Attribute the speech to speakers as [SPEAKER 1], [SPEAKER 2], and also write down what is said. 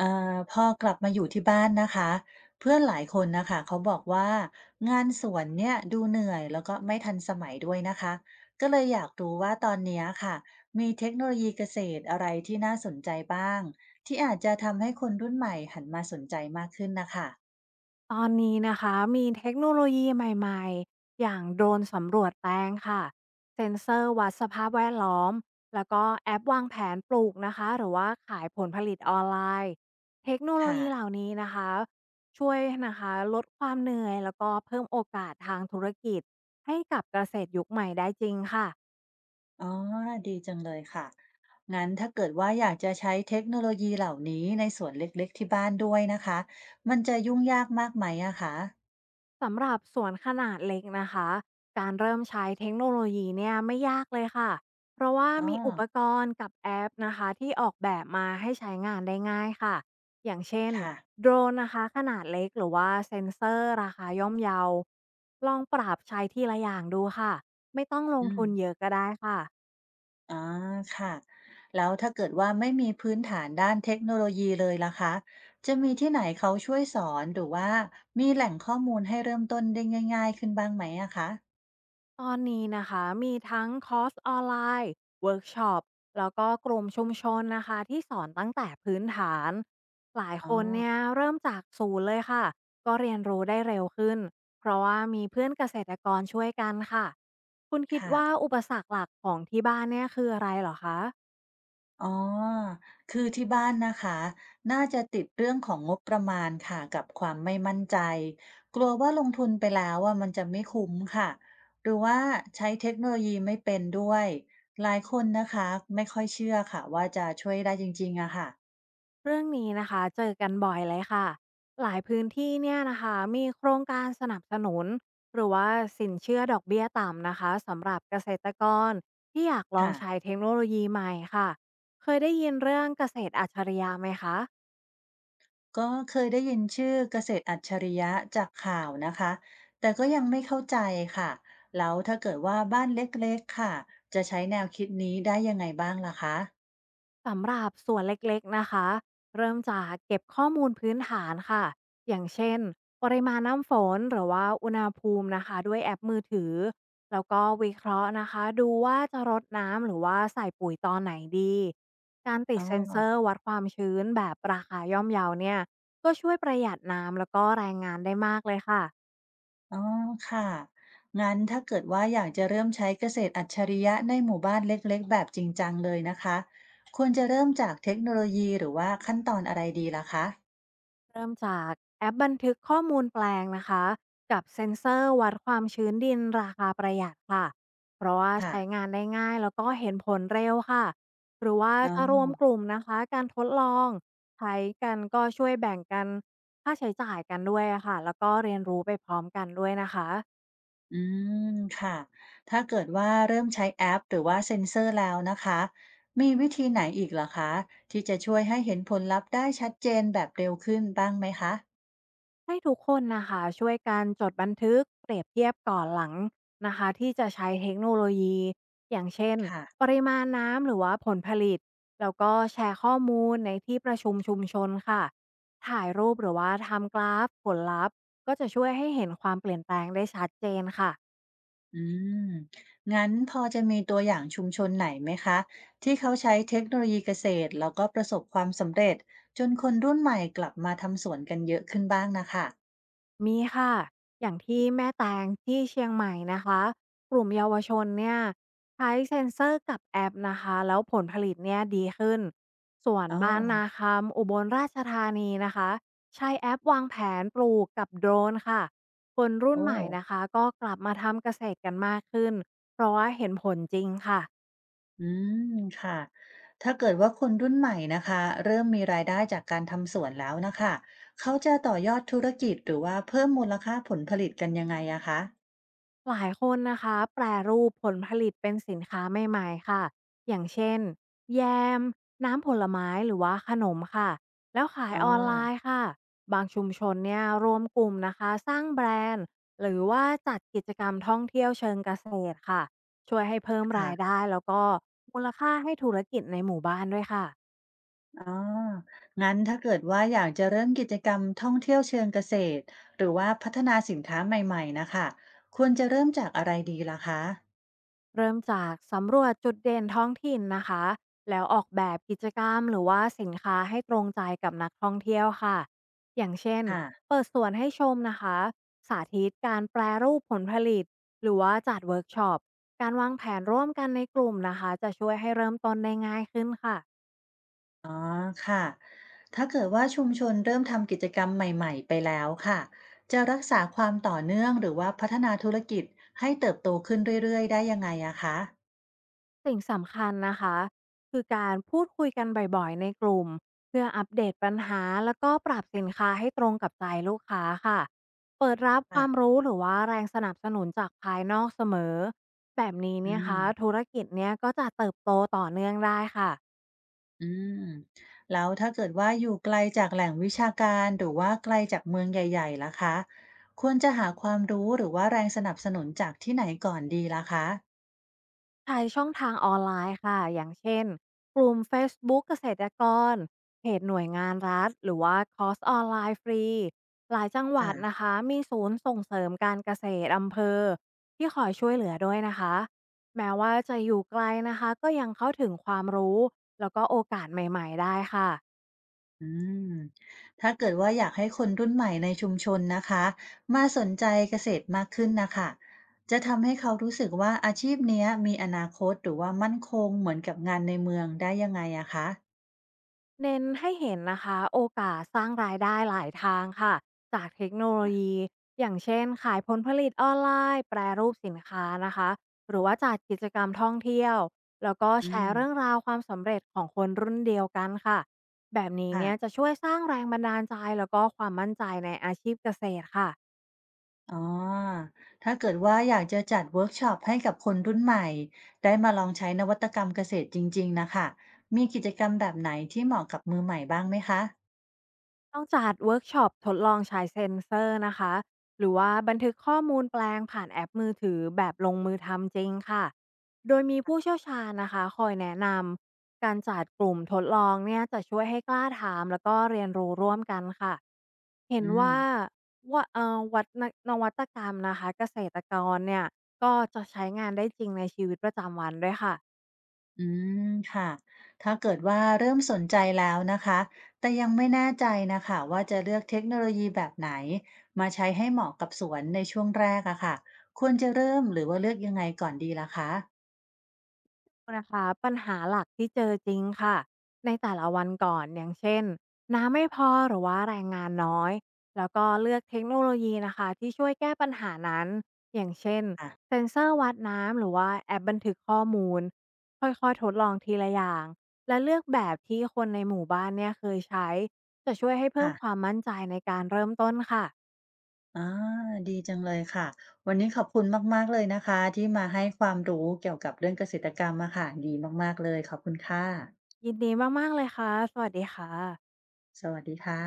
[SPEAKER 1] อ่พอกลับมาอยู่ที่บ้านนะคะเพื่อนหลายคนนะคะเขาบอกว่างานสวนเนี่ยดูเหนื่อยแล้วก็ไม่ทันสมัยด้วยนะคะก็เลยอยากรู้ว่าตอนเนี้ยค่ะมีเทคโนโลยีเกษตรอะไรที่น่าสนใจบ้างที่อาจจะทำให้คนรุ่นใหม่หันมาสนใจมากขึ้นนะคะ
[SPEAKER 2] ตอนนี้นะคะมีเทคโนโลยีใหม่ๆอย่างโดรนสำรวจแปลงค่ะเซ็นเซอร์วัดสภาพแวดล้อมแล้วก็แอปวางแผนปลูกนะคะหรือว่าขายผลผลิตออนไลน์เทคโนโล
[SPEAKER 1] ค่ะ
[SPEAKER 2] ยีเหล่านี้นะคะช่วยนะคะลดความเหนื่อยแล้วก็เพิ่มโอกาสทางธุรกิจให้กับเกษตรยุคใหม่ได้จริงค่ะ
[SPEAKER 1] อ๋อดีจังเลยค่ะงั้นถ้าเกิดว่าอยากจะใช้เทคโนโลยีเหล่านี้ในสวนเล็กๆที่บ้านด้วยนะคะมันจะยุ่งยากมากไหมอะคะ
[SPEAKER 2] สำหรับสวนขนาดเล็กนะคะ การเริ่มใช้เทคโนโลยีเนี่ยไม่ยากเลยค่ะ เพราะว่า
[SPEAKER 1] อ๋อ
[SPEAKER 2] มีอุปกรณ์กับแอปนะคะที่ออกแบบมาให้ใช้งานได้ง่ายค่ะ อย่างเช่น
[SPEAKER 1] ค่ะ
[SPEAKER 2] โดรนนะคะขนาดเล็กหรือว่าเซ็นเซอร์ราคาย่อมเยา ลองปรับใช้ทีละอย่างดูค่ะ ไม่ต้องลง
[SPEAKER 1] อืม
[SPEAKER 2] ทุนเยอะก็ได้ค่ะ
[SPEAKER 1] อาค่ะแล้วถ้าเกิดว่าไม่มีพื้นฐานด้านเทคโนโลยีเลยล่ะคะจะมีที่ไหนเขาช่วยสอนหรือว่ามีแหล่งข้อมูลให้เริ่มต้นได้ง่ายๆขึ้นบ้างไหมอะคะ
[SPEAKER 2] ตอนนี้นะคะมีทั้งคอร์สออนไลน์เวิร์กช็อปแล้วก็กลุ่มชุมชนนะคะที่สอนตั้งแต่พื้นฐานหลายคนเนี่ยเริ่มจากศูนย์เลยค่ะก็เรียนรู้ได้เร็วขึ้นเพราะว่ามีเพื่อนเกษตรกรช่วยกันค่ะคุณคิด
[SPEAKER 1] ค่ะ
[SPEAKER 2] ว่าอุปสรรคหลักของที่บ้านเนี่ยคืออะไรเหรอคะ
[SPEAKER 1] อ๋อคือที่บ้านนะคะน่าจะติดเรื่องของงบประมาณค่ะกับความไม่มั่นใจกลัวว่าลงทุนไปแล้วว่ามันจะไม่คุ้มค่ะหรือว่าใช้เทคโนโลยีไม่เป็นด้วยหลายคนนะคะไม่ค่อยเชื่อค่ะว่าจะช่วยได้จริงๆอะค่ะ
[SPEAKER 2] เรื่องนี้นะคะเจอกันบ่อยเลยค่ะหลายพื้นที่เนี่ยนะคะมีโครงการสนับสนุนหรือว่าสินเชื่อดอกเบี้ยต่ำนะคะสำหรับเกษตรกรที่อยากลอง
[SPEAKER 1] ค่ะ
[SPEAKER 2] ใช้เทคโนโลยีใหม่ค่ะเคยได้ยินเรื่องเกษตรอัจฉริยะไหมคะ
[SPEAKER 1] ก็เคยได้ยินชื่อเกษตรอัจฉริยะจากข่าวนะคะแต่ก็ยังไม่เข้าใจค่ะแล้วถ้าเกิดว่าบ้านเล็กๆค่ะจะใช้แนวคิดนี้ได้ยังไงบ้างล่ะคะ
[SPEAKER 2] สำหรับส่วนเล็กๆนะคะ เริ่มจากเก็บข้อมูลพื้นฐานค่ะ อย่างเช่นปริมาณน้ำฝนหรือว่าอุณหภูมินะคะด้วยแอปมือถือแล้วก็วิเคราะห์นะคะดูว่าจะรดน้ำหรือว่าใส่ปุ๋ยตอนไหนดี การติ
[SPEAKER 1] อ๋
[SPEAKER 2] ด
[SPEAKER 1] อ
[SPEAKER 2] เซ็นเซอร์วัดความชื้นแบบราคาย่อมเยาเนี่ยก็ช่วยประหยัดน้ำแล้วก็แรงงานได้มากเลยค่ะ
[SPEAKER 1] อ๋อค่ะงั้นถ้าเกิดว่าอยากจะเริ่มใช้เกษตรอัจฉริยะในหมู่บ้านเล็กๆแบบจริงจังเลยนะคะควรจะเริ่มจากเทคโนโลยีหรือว่าขั้นตอนอะไรดีล่ะคะ
[SPEAKER 2] เริ่มจากแอปบันทึกข้อมูลแปลงนะคะกับเซ็นเซอร์วัดความชื้นดินราคาประหยัดค่ะเพราะว่า
[SPEAKER 1] ค่ะ
[SPEAKER 2] ใช้งานได้ง่ายแล้วก็เห็นผลเร็วค่ะหรือว่า
[SPEAKER 1] อ๋อ
[SPEAKER 2] จะรวมกลุ่มนะคะการทดลองใช้กันก็ช่วยแบ่งกันค่าใช้จ่ายกันด้วยอะค่ะแล้วก็เรียนรู้ไปพร้อมกันด้วยนะคะ
[SPEAKER 1] อืมค่ะ ถ้าเกิดว่าเริ่มใช้แอปหรือว่าเซ็นเซอร์แล้วนะคะ มีวิธีไหนอีกเหรอคะที่จะช่วยให้เห็นผลลัพธ์ได้ชัดเจนแบบเร็วขึ้นบ้างไหมคะ
[SPEAKER 2] ให้ทุกคนนะคะช่วยกันจดบันทึกเปรียบเทียบก่อนหลังนะคะที่จะใช้เทคโนโลยีอย่างเช่น
[SPEAKER 1] ค่ะ
[SPEAKER 2] ปริมาณน้ำหรือว่าผลผลิตแล้วก็แชร์ข้อมูลในที่ประชุมชุมชนค่ะถ่ายรูปหรือว่าทำกราฟผลลัพธ์ก็จะช่วยให้เห็นความเปลี่ยนแปลงได้ชัดเจนค่ะ
[SPEAKER 1] อืมงั้นพอจะมีตัวอย่างชุมชนไหนไหมคะที่เขาใช้เทคโนโลยีเกษตรแล้วก็ประสบความสำเร็จจนคนรุ่นใหม่กลับมาทำสวนกันเยอะขึ้นบ้างนะคะ
[SPEAKER 2] มีค่ะ อย่างที่แม่แตงที่เชียงใหม่นะคะกลุ่มเยาวชนเนี่ยใช้เซ็นเซอร์กับแอปนะคะ แล้วผลผลิตเนี่ยดีขึ้น ส่วน
[SPEAKER 1] อ๋
[SPEAKER 2] บ้าน
[SPEAKER 1] อ
[SPEAKER 2] นาคำอุบลราชธานีนะคะใช้แอปวางแผนปลูกกับโดรนค่ะ คนรุ่น
[SPEAKER 1] โอ้
[SPEAKER 2] ใหม่นะคะก็กลับมาทำเกษตรกันมากขึ้น เพราะว่าเห็นผลจริงค่ะ
[SPEAKER 1] อืมค่ะถ้าเกิดว่าคนรุ่นใหม่นะคะเริ่มมีรายได้จากการทำสวนแล้วนะคะเขาจะต่อยอดธุรกิจหรือว่าเพิ่มมูลค่าผลผลิตกันยังไงอะคะ
[SPEAKER 2] หลายคนนะคะแปรรูปผลผลิตเป็นสินค้าใหม่ๆค่ะอย่างเช่นแยมน้ำผลไม้หรือว่าขนมค่ะแล้วขาย
[SPEAKER 1] อ๋อ
[SPEAKER 2] ออนไลน์ค่ะบางชุมชนเนี่ยรวมกลุ่มนะคะสร้างแบรนด์หรือว่าจัดกิจกรรมท่องเที่ยวเชิงเกษตรค่ะช่วยให้เพิ่ม
[SPEAKER 1] ค่ะ
[SPEAKER 2] รายได้แล้วก็มูลค่าให้ธุรกิจในหมู่บ้านด้วยค่ะ
[SPEAKER 1] อ๋องั้นถ้าเกิดว่าอยากจะเริ่มกิจกรรมท่องเที่ยวเชิงเกษตรหรือว่าพัฒนาสินค้าใหม่ๆนะคะควรจะเริ่มจากอะไรดีล่ะคะ
[SPEAKER 2] เริ่มจากสำรวจจุดเด่นท้องถิ่นนะคะแล้วออกแบบกิจกรรมหรือว่าสินค้าให้ตรงใจกับนักท่องเที่ยวค่ะอย่างเช่น
[SPEAKER 1] ค่ะ
[SPEAKER 2] เปิดสวนให้ชมนะคะสาธิตการแปรรูปผลผลิตหรือว่าจัดเวิร์กช็อปการวางแผนร่วมกันในกลุ่มนะคะจะช่วยให้เริ่มต้นได้ง่ายขึ้นค่ะ
[SPEAKER 1] อ๋อค่ะถ้าเกิดว่าชุมชนเริ่มทำกิจกรรมใหม่ๆไปแล้วค่ะจะรักษาความต่อเนื่องหรือว่าพัฒนาธุรกิจให้เติบโตขึ้นเรื่อยๆได้ยังไงอะคะ
[SPEAKER 2] สิ่งสำคัญนะคะคือการพูดคุยกันบ่อยๆในกลุ่มเพื่ออัปเดตปัญหาแล้วก็ปรับสินค้าให้ตรงกับใจลูกค้าค่ะเปิดรับความ
[SPEAKER 1] ค่ะ
[SPEAKER 2] รู้หรือว่าแรงสนับสนุนจากภายนอกเสมอแบบนี้
[SPEAKER 1] อื
[SPEAKER 2] เนี่ย
[SPEAKER 1] ม
[SPEAKER 2] คะธุรกิจเนี่ยก็จะเติบโตต่อเนื่องได้ค่ะ
[SPEAKER 1] อืมแล้วถ้าเกิดว่าอยู่ไกลจากแหล่งวิชาการหรือว่าไกลจากเมืองใหญ่ๆล่ะคะควรจะหาความรู้หรือว่าแรงสนับสนุนจากที่ไหนก่อนดีล่ะคะ
[SPEAKER 2] ใช้ช่องทางออนไลน์ค่ะ อย่างเช่นกลุ่มเฟซบุ๊กเกษตรกรเพจหน่วยงานรัฐหรือว่าคอร์สออนไลน์ฟรีหลายจังหวั
[SPEAKER 1] ค่ะ
[SPEAKER 2] ดนะคะมีศูนย์ส่งเสริมการเกษตรอำเภอที่คอยช่วยเหลือด้วยนะคะแม้ว่าจะอยู่ไกลนะคะก็ยังเข้าถึงความรู้แล้วก็โอกาสใหม่ๆได้ค่ะ
[SPEAKER 1] อืมถ้าเกิดว่าอยากให้คนรุ่นใหม่ในชุมชนนะคะมาสนใจเกษตรมากขึ้นนะคะจะทำให้เขารู้สึกว่าอาชีพเนี้ยมีอนาคตหรือว่ามั่นคงเหมือนกับงานในเมืองได้ยังไงอะคะ
[SPEAKER 2] เน้นให้เห็นนะคะโอกาสสร้างรายได้หลายทางค่ะจากเทคโนโลยีอย่างเช่นขายผลผลิตออนไลน์แปรรูปสินค้านะคะหรือว่าจัดกิจกรรมท่องเที่ยวแล้วก็แช
[SPEAKER 1] อืม
[SPEAKER 2] ร์เรื่องราวความสำเร็จของคนรุ่นเดียวกันค่ะแบบนี้
[SPEAKER 1] ค่ะ
[SPEAKER 2] เนี่ยจะช่วยสร้างแรงบันดาลใจแล้วก็ความมั่นใจในอาชีพเกษตรค่ะ
[SPEAKER 1] อ๋อถ้าเกิดว่าอยากจะจัดเวิร์กช็อปให้กับคนรุ่นใหม่ได้มาลองใช้นวัตกรรมเกษตรจริงๆนะคะมีกิจกรรมแบบไหนที่เหมาะกับมือใหม่บ้างไหมคะ
[SPEAKER 2] ต้องจัดเวิร์กช็อปทดลองใช้เซ็นเซอร์นะคะหรือว่าบันทึกข้อมูลแปลงผ่านแอปมือถือแบบลงมือทำจริงค่ะโดยมีผู้เชี่ยวชาญนะคะคอยแนะนำการจัดกลุ่มทดลองเนี่ยจะช่วยให้กล้าถามแล้วก็เรียนรู้ร่วมกันค่ะเห็น
[SPEAKER 1] อืม
[SPEAKER 2] ว่าว่าเอ่อวัดนนวัตกรรมนะคะเกษตรกรเนี่ยก็จะใช้งานได้จริงในชีวิตประจำวันด้วยค่ะ
[SPEAKER 1] อืมค่ะถ้าเกิดว่าเริ่มสนใจแล้วนะคะแต่ยังไม่แน่ใจนะคะว่าจะเลือกเทคโนโลยีแบบไหนมาใช้ให้เหมาะกับสวนในช่วงแรกอะค่ะควรจะเริ่มหรือว่าเลือกยังไงก่อนดีล่ะคะ
[SPEAKER 2] นะคะปัญหาหลักที่เจอจริงค่ะในแต่ละวันก่อนอย่างเช่นน้ำไม่พอหรือว่าแรงงานน้อยแล้วก็เลือกเทคโนโลยีนะคะที่ช่วยแก้ปัญหานั้นอย่างเช่น
[SPEAKER 1] อ่ะ
[SPEAKER 2] เซ็นเซอร์วัดน้ำหรือว่าแอปบันทึกข้อมูลค่อยๆทดลองทีละอย่างและเลือกแบบที่คนในหมู่บ้านเนี่ยเคยใช้จะช่วยให้เพิ่ม
[SPEAKER 1] ค่ะ
[SPEAKER 2] ความมั่นใจในการเริ่มต้นค่ะ
[SPEAKER 1] อ่าดีจังเลยค่ะวันนี้ขอบคุณมากๆเลยนะคะที่มาให้ความรู้เกี่ยวกับเรื่องเกษตรกรรมอะค่ะดีมากๆเลยขอบคุณค่ะ
[SPEAKER 2] ยินดีมากๆเลยค่ะสวัสดีค่ะ
[SPEAKER 1] สวัสดีค่ะ